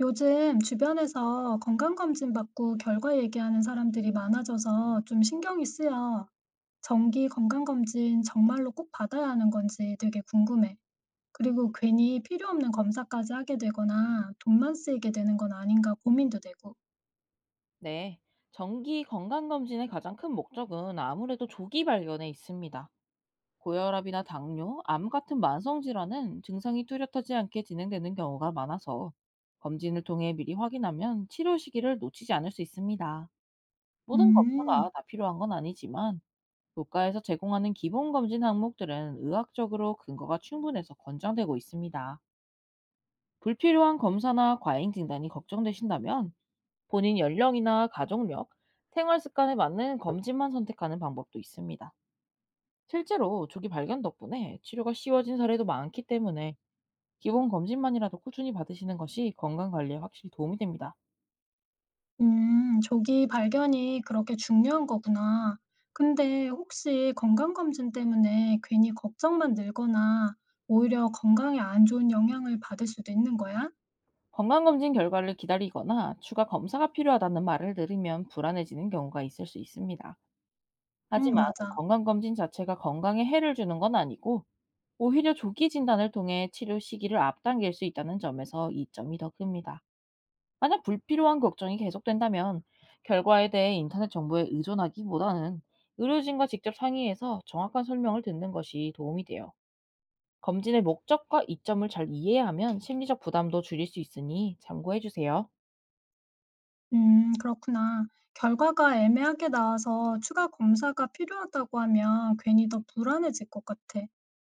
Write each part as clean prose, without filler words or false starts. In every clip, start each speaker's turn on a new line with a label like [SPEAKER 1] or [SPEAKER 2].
[SPEAKER 1] 요즘 주변에서 건강검진 받고 결과 얘기하는 사람들이 많아져서 좀 신경이 쓰여. 정기 건강검진 정말로 꼭 받아야 하는 건지 되게 궁금해. 그리고 괜히 필요 없는 검사까지 하게 되거나 돈만 쓰이게 되는 건 아닌가 고민도 되고.
[SPEAKER 2] 네, 정기 건강검진의 가장 큰 목적은 아무래도 조기 발견에 있습니다. 고혈압이나 당뇨, 암 같은 만성 질환은 증상이 뚜렷하지 않게 진행되는 경우가 많아서 검진을 통해 미리 확인하면 치료 시기를 놓치지 않을 수 있습니다. 모든
[SPEAKER 1] 음,
[SPEAKER 2] 검사가 다 필요한 건 아니지만 국가에서 제공하는 기본 검진 항목들은 의학적으로 근거가 충분해서 권장되고 있습니다. 불필요한 검사나 과잉 진단이 걱정되신다면 본인 연령이나 가족력, 생활 습관에 맞는 검진만 선택하는 방법도 있습니다. 실제로 조기 발견 덕분에 치료가 쉬워진 사례도 많기 때문에 기본 검진만이라도 꾸준히 받으시는 것이 건강 관리에 확실히 도움이 됩니다.
[SPEAKER 1] 조기 발견이 그렇게 중요한 거구나. 근데 혹시 건강검진 때문에 괜히 걱정만 늘거나 오히려 건강에 안 좋은 영향을 받을 수도 있는 거야?
[SPEAKER 2] 건강검진 결과를 기다리거나 추가 검사가 필요하다는 말을 들으면 불안해지는 경우가 있을 수 있습니다.
[SPEAKER 1] 응,
[SPEAKER 2] 하지만
[SPEAKER 1] 맞아.
[SPEAKER 2] 건강검진 자체가 건강에 해를 주는 건 아니고, 오히려 조기 진단을 통해 치료 시기를 앞당길 수 있다는 점에서 이점이 더 큽니다. 만약 불필요한 걱정이 계속된다면 결과에 대해 인터넷 정보에 의존하기보다는 의료진과 직접 상의해서 정확한 설명을 듣는 것이 도움이 돼요. 검진의 목적과 이점을 잘 이해하면 심리적 부담도 줄일 수 있으니 참고해 주세요.
[SPEAKER 1] 그렇구나. 결과가 애매하게 나와서 추가 검사가 필요하다고 하면 괜히 더 불안해질 것 같아.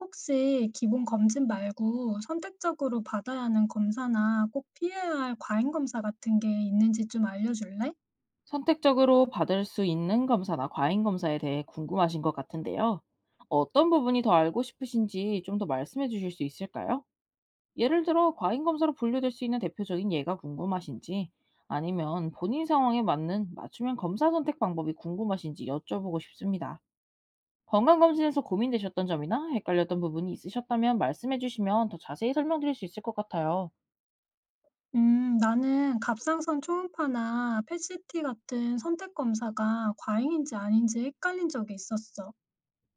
[SPEAKER 1] 혹시 기본 검진 말고 선택적으로 받아야 하는 검사나 꼭 피해야 할 과잉 검사 같은 게 있는지 좀 알려줄래?
[SPEAKER 2] 선택적으로 받을 수 있는 검사나 과잉 검사에 대해 궁금하신 것 같은데요. 어떤 부분이 더 알고 싶으신지 좀 더 말씀해 주실 수 있을까요? 예를 들어 과잉 검사로 분류될 수 있는 대표적인 예가 궁금하신지, 아니면 본인 상황에 맞는 맞춤형 검사 선택 방법이 궁금하신지 여쭤보고 싶습니다. 건강검진에서 고민되셨던 점이나 헷갈렸던 부분이 있으셨다면 말씀해 주시면 더 자세히 설명드릴 수 있을 것 같아요.
[SPEAKER 1] 나는 갑상선 초음파나 펫시티 같은 선택 검사가 과잉인지 아닌지 헷갈린 적이 있었어.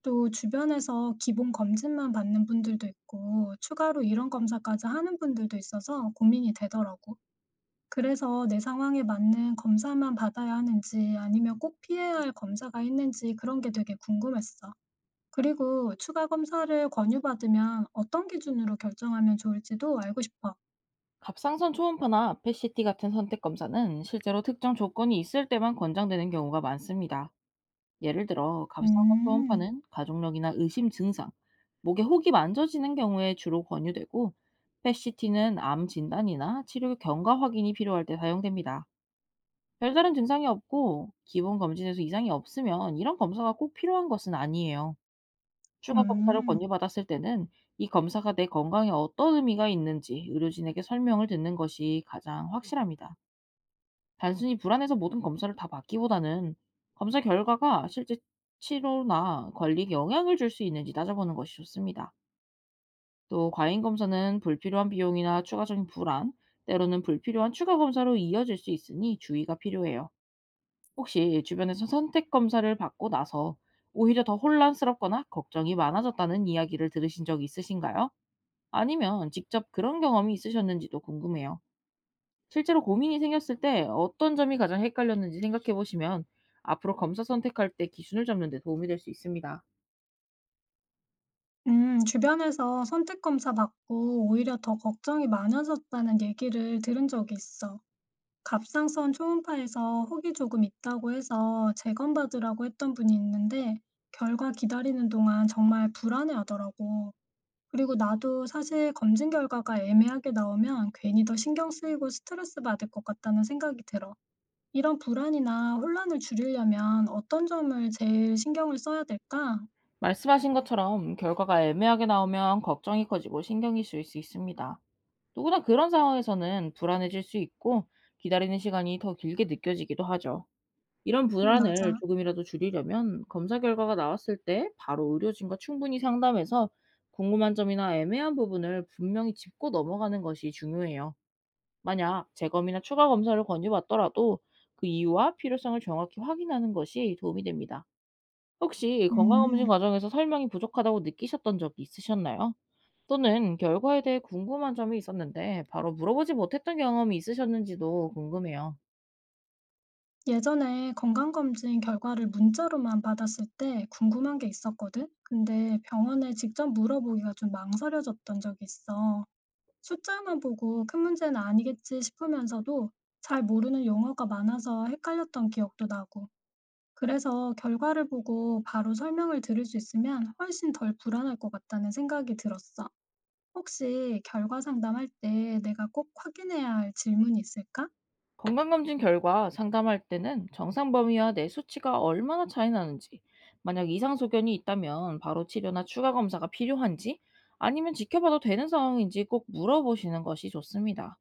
[SPEAKER 1] 또 주변에서 기본 검진만 받는 분들도 있고 추가로 이런 검사까지 하는 분들도 있어서 고민이 되더라고. 그래서 내 상황에 맞는 검사만 받아야 하는지 아니면 꼭 피해야 할 검사가 있는지 그런 게 되게 궁금했어. 그리고 추가 검사를 권유받으면 어떤 기준으로 결정하면 좋을지도 알고 싶어.
[SPEAKER 2] 갑상선 초음파나 p 시티 같은 선택 검사는 실제로 특정 조건이 있을 때만 권장되는 경우가 많습니다. 예를 들어 갑상선
[SPEAKER 1] 음,
[SPEAKER 2] 초음파는 가족력이나 의심 증상, 목에 혹이 만져지는 경우에 주로 권유되고, PET-CT는 암 진단이나 치료 경과 확인이 필요할 때 사용됩니다. 별다른 증상이 없고 기본 검진에서 이상이 없으면 이런 검사가 꼭 필요한 것은 아니에요. 추가 검사를
[SPEAKER 1] 음,
[SPEAKER 2] 권유받았을 때는 이 검사가 내 건강에 어떤 의미가 있는지 의료진에게 설명을 듣는 것이 가장 확실합니다. 단순히 불안해서 모든 검사를 다 받기보다는 검사 결과가 실제 치료나 관리에 영향을 줄 수 있는지 따져보는 것이 좋습니다. 또 과잉 검사는 불필요한 비용이나 추가적인 불안, 때로는 불필요한 추가 검사로 이어질 수 있으니 주의가 필요해요. 혹시 주변에서 선택 검사를 받고 나서 오히려 더 혼란스럽거나 걱정이 많아졌다는 이야기를 들으신 적 있으신가요? 아니면 직접 그런 경험이 있으셨는지도 궁금해요. 실제로 고민이 생겼을 때 어떤 점이 가장 헷갈렸는지 생각해 보시면 앞으로 검사 선택할 때 기준을 잡는 데 도움이 될 수 있습니다.
[SPEAKER 1] 주변에서 선택 검사 받고 오히려 더 걱정이 많아졌다는 얘기를 들은 적이 있어. 갑상선 초음파에서 혹이 조금 있다고 해서 재검받으라고 했던 분이 있는데 결과 기다리는 동안 정말 불안해하더라고. 그리고 나도 사실 검진 결과가 애매하게 나오면 괜히 더 신경 쓰이고 스트레스 받을 것 같다는 생각이 들어. 이런 불안이나 혼란을 줄이려면 어떤 점을 제일 신경을 써야 될까?
[SPEAKER 2] 말씀하신 것처럼 결과가 애매하게 나오면 걱정이 커지고 신경이 쓰일 수 있습니다. 누구나 그런 상황에서는 불안해질 수 있고, 기다리는 시간이 더 길게 느껴지기도 하죠. 이런 불안을
[SPEAKER 1] 맞아.
[SPEAKER 2] 조금이라도 줄이려면 검사 결과가 나왔을 때 바로 의료진과 충분히 상담해서 궁금한 점이나 애매한 부분을 분명히 짚고 넘어가는 것이 중요해요. 만약 재검이나 추가 검사를 권유받더라도 그 이유와 필요성을 정확히 확인하는 것이 도움이 됩니다. 혹시 건강검진
[SPEAKER 1] 음.
[SPEAKER 2] 과정에서 설명이 부족하다고 느끼셨던 적이 있으셨나요? 또는 결과에 대해 궁금한 점이 있었는데 바로 물어보지 못했던 경험이 있으셨는지도 궁금해요.
[SPEAKER 1] 예전에 건강검진 결과를 문자로만 받았을 때 궁금한 게 있었거든? 근데 병원에 직접 물어보기가 좀 망설여졌던 적이 있어. 숫자만 보고 큰 문제는 아니겠지 싶으면서도 잘 모르는 용어가 많아서 헷갈렸던 기억도 나고. 그래서 결과를 보고 바로 설명을 들을 수 있으면 훨씬 덜 불안할 것 같다는 생각이 들었어. 혹시 결과 상담할 때 내가 꼭 확인해야 할 질문이 있을까?
[SPEAKER 2] 건강검진 결과 상담할 때는 정상 범위와 내 수치가 얼마나 차이 나는지, 만약 이상 소견이 있다면 바로 치료나 추가 검사가 필요한지, 아니면 지켜봐도 되는 상황인지 꼭 물어보시는 것이 좋습니다.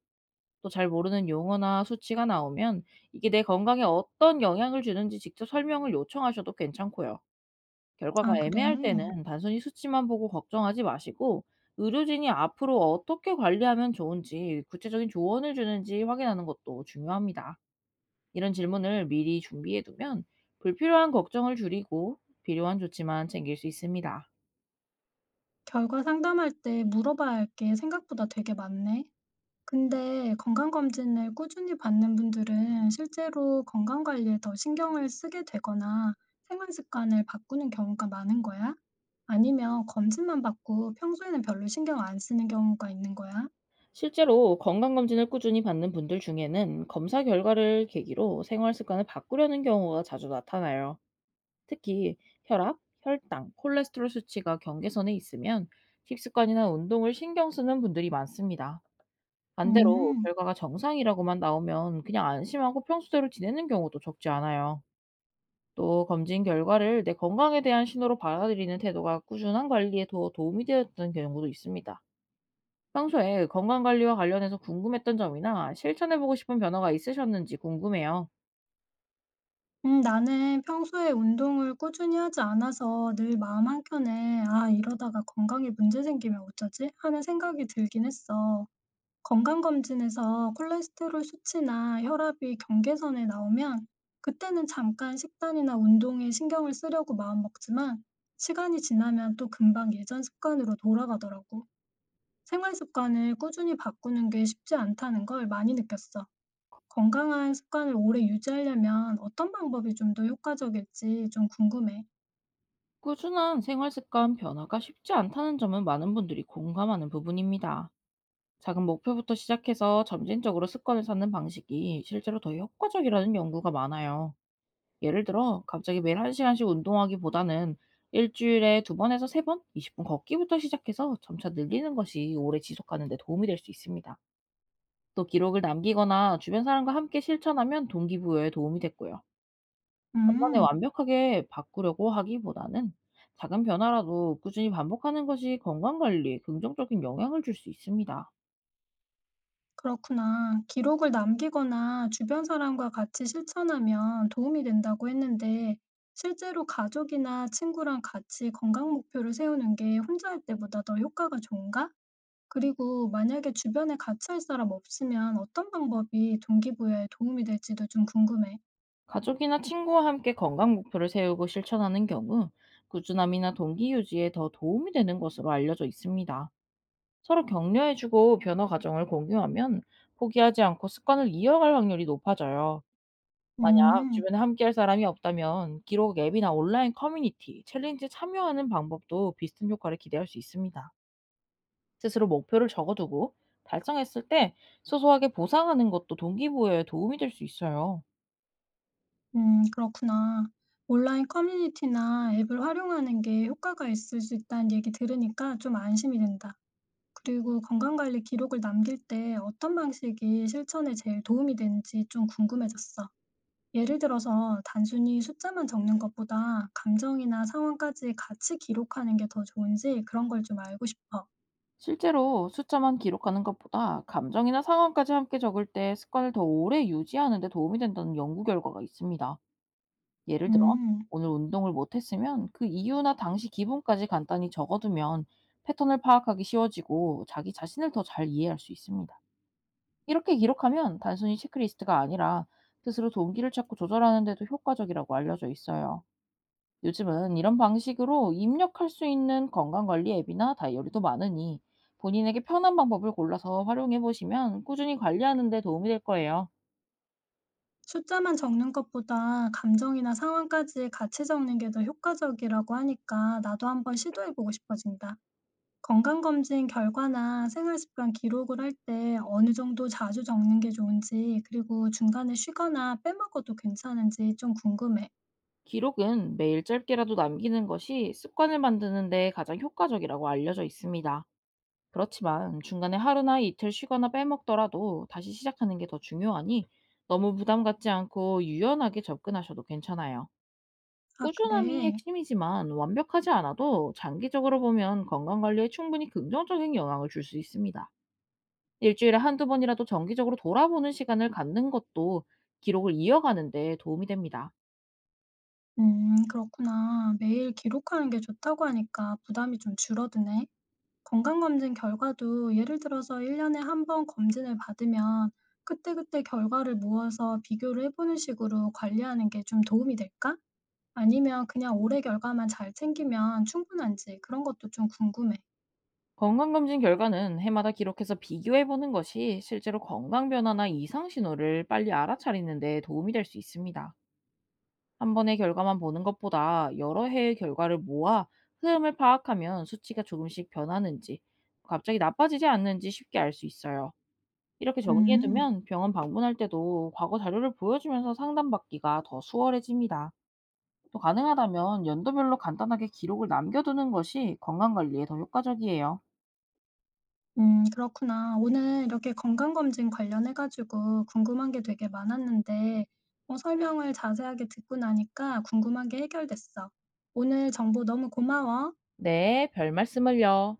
[SPEAKER 2] 또 잘 모르는 용어나 수치가 나오면 이게 내 건강에 어떤 영향을 주는지 직접 설명을 요청하셔도 괜찮고요. 결과가
[SPEAKER 1] 아, 그래.
[SPEAKER 2] 애매할 때는 단순히 수치만 보고 걱정하지 마시고, 의료진이 앞으로 어떻게 관리하면 좋은지 구체적인 조언을 주는지 확인하는 것도 중요합니다. 이런 질문을 미리 준비해 두면 불필요한 걱정을 줄이고 필요한 조치만 챙길 수 있습니다.
[SPEAKER 1] 결과 상담할 때 물어봐야 할 게 생각보다 되게 많네. 근데 건강검진을 꾸준히 받는 분들은 실제로 건강관리에 더 신경을 쓰게 되거나 생활 습관을 바꾸는 경우가 많은 거야? 아니면 검진만 받고 평소에는 별로 신경 안 쓰는 경우가 있는 거야?
[SPEAKER 2] 실제로 건강검진을 꾸준히 받는 분들 중에는 검사 결과를 계기로 생활 습관을 바꾸려는 경우가 자주 나타나요. 특히 혈압, 혈당, 콜레스테롤 수치가 경계선에 있으면 식습관이나 운동을 신경 쓰는 분들이 많습니다. 반대로
[SPEAKER 1] 음,
[SPEAKER 2] 결과가 정상이라고만 나오면 그냥 안심하고 평소대로 지내는 경우도 적지 않아요. 또 검진 결과를 내 건강에 대한 신호로 받아들이는 태도가 꾸준한 관리에 더 도움이 되었던 경우도 있습니다. 평소에 건강관리와 관련해서 궁금했던 점이나 실천해보고 싶은 변화가 있으셨는지 궁금해요.
[SPEAKER 1] 나는 평소에 운동을 꾸준히 하지 않아서 늘 마음 한켠에 아, 이러다가 건강에 문제 생기면 어쩌지? 하는 생각이 들긴 했어. 건강검진에서 콜레스테롤 수치나 혈압이 경계선에 나오면 그때는 잠깐 식단이나 운동에 신경을 쓰려고 마음먹지만 시간이 지나면 또 금방 예전 습관으로 돌아가더라고. 생활 습관을 꾸준히 바꾸는 게 쉽지 않다는 걸 많이 느꼈어. 건강한 습관을 오래 유지하려면 어떤 방법이 좀 더 효과적일지 좀 궁금해.
[SPEAKER 2] 꾸준한 생활 습관 변화가 쉽지 않다는 점은 많은 분들이 공감하는 부분입니다. 작은 목표부터 시작해서 점진적으로 습관을 쌓는 방식이 실제로 더 효과적이라는 연구가 많아요. 예를 들어, 갑자기 매일 1시간씩 운동하기보다는 일주일에 두 번에서 세 번, 20분 걷기부터 시작해서 점차 늘리는 것이 오래 지속하는 데 도움이 될 수 있습니다. 또 기록을 남기거나 주변 사람과 함께 실천하면 동기부여에 도움이 됐고요. 한 번에
[SPEAKER 1] 음.
[SPEAKER 2] 완벽하게 바꾸려고 하기보다는 작은 변화라도 꾸준히 반복하는 것이 건강관리에 긍정적인 영향을 줄 수 있습니다.
[SPEAKER 1] 그렇구나. 기록을 남기거나 주변 사람과 같이 실천하면 도움이 된다고 했는데, 실제로 가족이나 친구랑 같이 건강 목표를 세우는 게 혼자 할 때보다 더 효과가 좋은가? 그리고 만약에 주변에 같이 할 사람 없으면 어떤 방법이 동기부여에 도움이 될지도 좀 궁금해.
[SPEAKER 2] 가족이나 친구와 함께 건강 목표를 세우고 실천하는 경우 꾸준함이나 동기 유지에 더 도움이 되는 것으로 알려져 있습니다. 서로 격려해주고 변화 과정을 공유하면 포기하지 않고 습관을 이어갈 확률이 높아져요. 만약
[SPEAKER 1] 음,
[SPEAKER 2] 주변에 함께할 사람이 없다면 기록 앱이나 온라인 커뮤니티, 챌린지에 참여하는 방법도 비슷한 효과를 기대할 수 있습니다. 스스로 목표를 적어두고 달성했을 때 소소하게 보상하는 것도 동기부여에 도움이 될 수 있어요.
[SPEAKER 1] 그렇구나. 온라인 커뮤니티나 앱을 활용하는 게 효과가 있을 수 있다는 얘기 들으니까 좀 안심이 된다. 그리고 건강관리 기록을 남길 때 어떤 방식이 실천에 제일 도움이 되는지 좀 궁금해졌어. 예를 들어서 단순히 숫자만 적는 것보다 감정이나 상황까지 같이 기록하는 게 더 좋은지 그런 걸 좀 알고 싶어.
[SPEAKER 2] 실제로 숫자만 기록하는 것보다 감정이나 상황까지 함께 적을 때 습관을 더 오래 유지하는 데 도움이 된다는 연구 결과가 있습니다. 예를 들어
[SPEAKER 1] 음,
[SPEAKER 2] 오늘 운동을 못 했으면 그 이유나 당시 기분까지 간단히 적어두면 패턴을 파악하기 쉬워지고 자기 자신을 더 잘 이해할 수 있습니다. 이렇게 기록하면 단순히 체크리스트가 아니라 스스로 동기를 찾고 조절하는 데도 효과적이라고 알려져 있어요. 요즘은 이런 방식으로 입력할 수 있는 건강관리 앱이나 다이어리도 많으니 본인에게 편한 방법을 골라서 활용해 보시면 꾸준히 관리하는 데 도움이 될 거예요.
[SPEAKER 1] 숫자만 적는 것보다 감정이나 상황까지 같이 적는 게 더 효과적이라고 하니까 나도 한번 시도해보고 싶어진다. 건강검진 결과나 생활습관 기록을 할 때 어느 정도 자주 적는 게 좋은지, 그리고 중간에 쉬거나 빼먹어도 괜찮은지 좀 궁금해.
[SPEAKER 2] 기록은 매일 짧게라도 남기는 것이 습관을 만드는 데 가장 효과적이라고 알려져 있습니다. 그렇지만 중간에 하루나 이틀 쉬거나 빼먹더라도 다시 시작하는 게 더 중요하니 너무 부담 갖지 않고 유연하게 접근하셔도 괜찮아요.
[SPEAKER 1] 아,
[SPEAKER 2] 꾸준함이
[SPEAKER 1] 그래?
[SPEAKER 2] 핵심이지만 완벽하지 않아도 장기적으로 보면 건강관리에 충분히 긍정적인 영향을 줄 수 있습니다. 일주일에 한두 번이라도 정기적으로 돌아보는 시간을 갖는 것도 기록을 이어가는 데 도움이 됩니다.
[SPEAKER 1] 그렇구나. 매일 기록하는 게 좋다고 하니까 부담이 좀 줄어드네. 건강검진 결과도 예를 들어서 일년에 한번 검진을 받으면 그때그때 결과를 모아서 비교를 해보는 식으로 관리하는 게 좀 도움이 될까? 아니면 그냥 올해 결과만 잘 챙기면 충분한지 그런 것도 좀 궁금해.
[SPEAKER 2] 건강검진 결과는 해마다 기록해서 비교해보는 것이 실제로 건강 변화나 이상 신호를 빨리 알아차리는 데 도움이 될 수 있습니다. 한 번의 결과만 보는 것보다 여러 해의 결과를 모아 흐름을 파악하면 수치가 조금씩 변하는지, 갑자기 나빠지지 않는지 쉽게 알 수 있어요. 이렇게
[SPEAKER 1] 음.
[SPEAKER 2] 정리해두면 병원 방문할 때도 과거 자료를 보여주면서 상담받기가 더 수월해집니다. 또 가능하다면 연도별로 간단하게 기록을 남겨두는 것이 건강관리에 더 효과적이에요.
[SPEAKER 1] 그렇구나. 오늘 이렇게 건강검진 관련해 가지고 궁금한 게 되게 많았는데 설명을 자세하게 듣고 나니까 궁금한 게 해결됐어. 오늘 정보 너무 고마워.
[SPEAKER 2] 네, 별 말씀을요.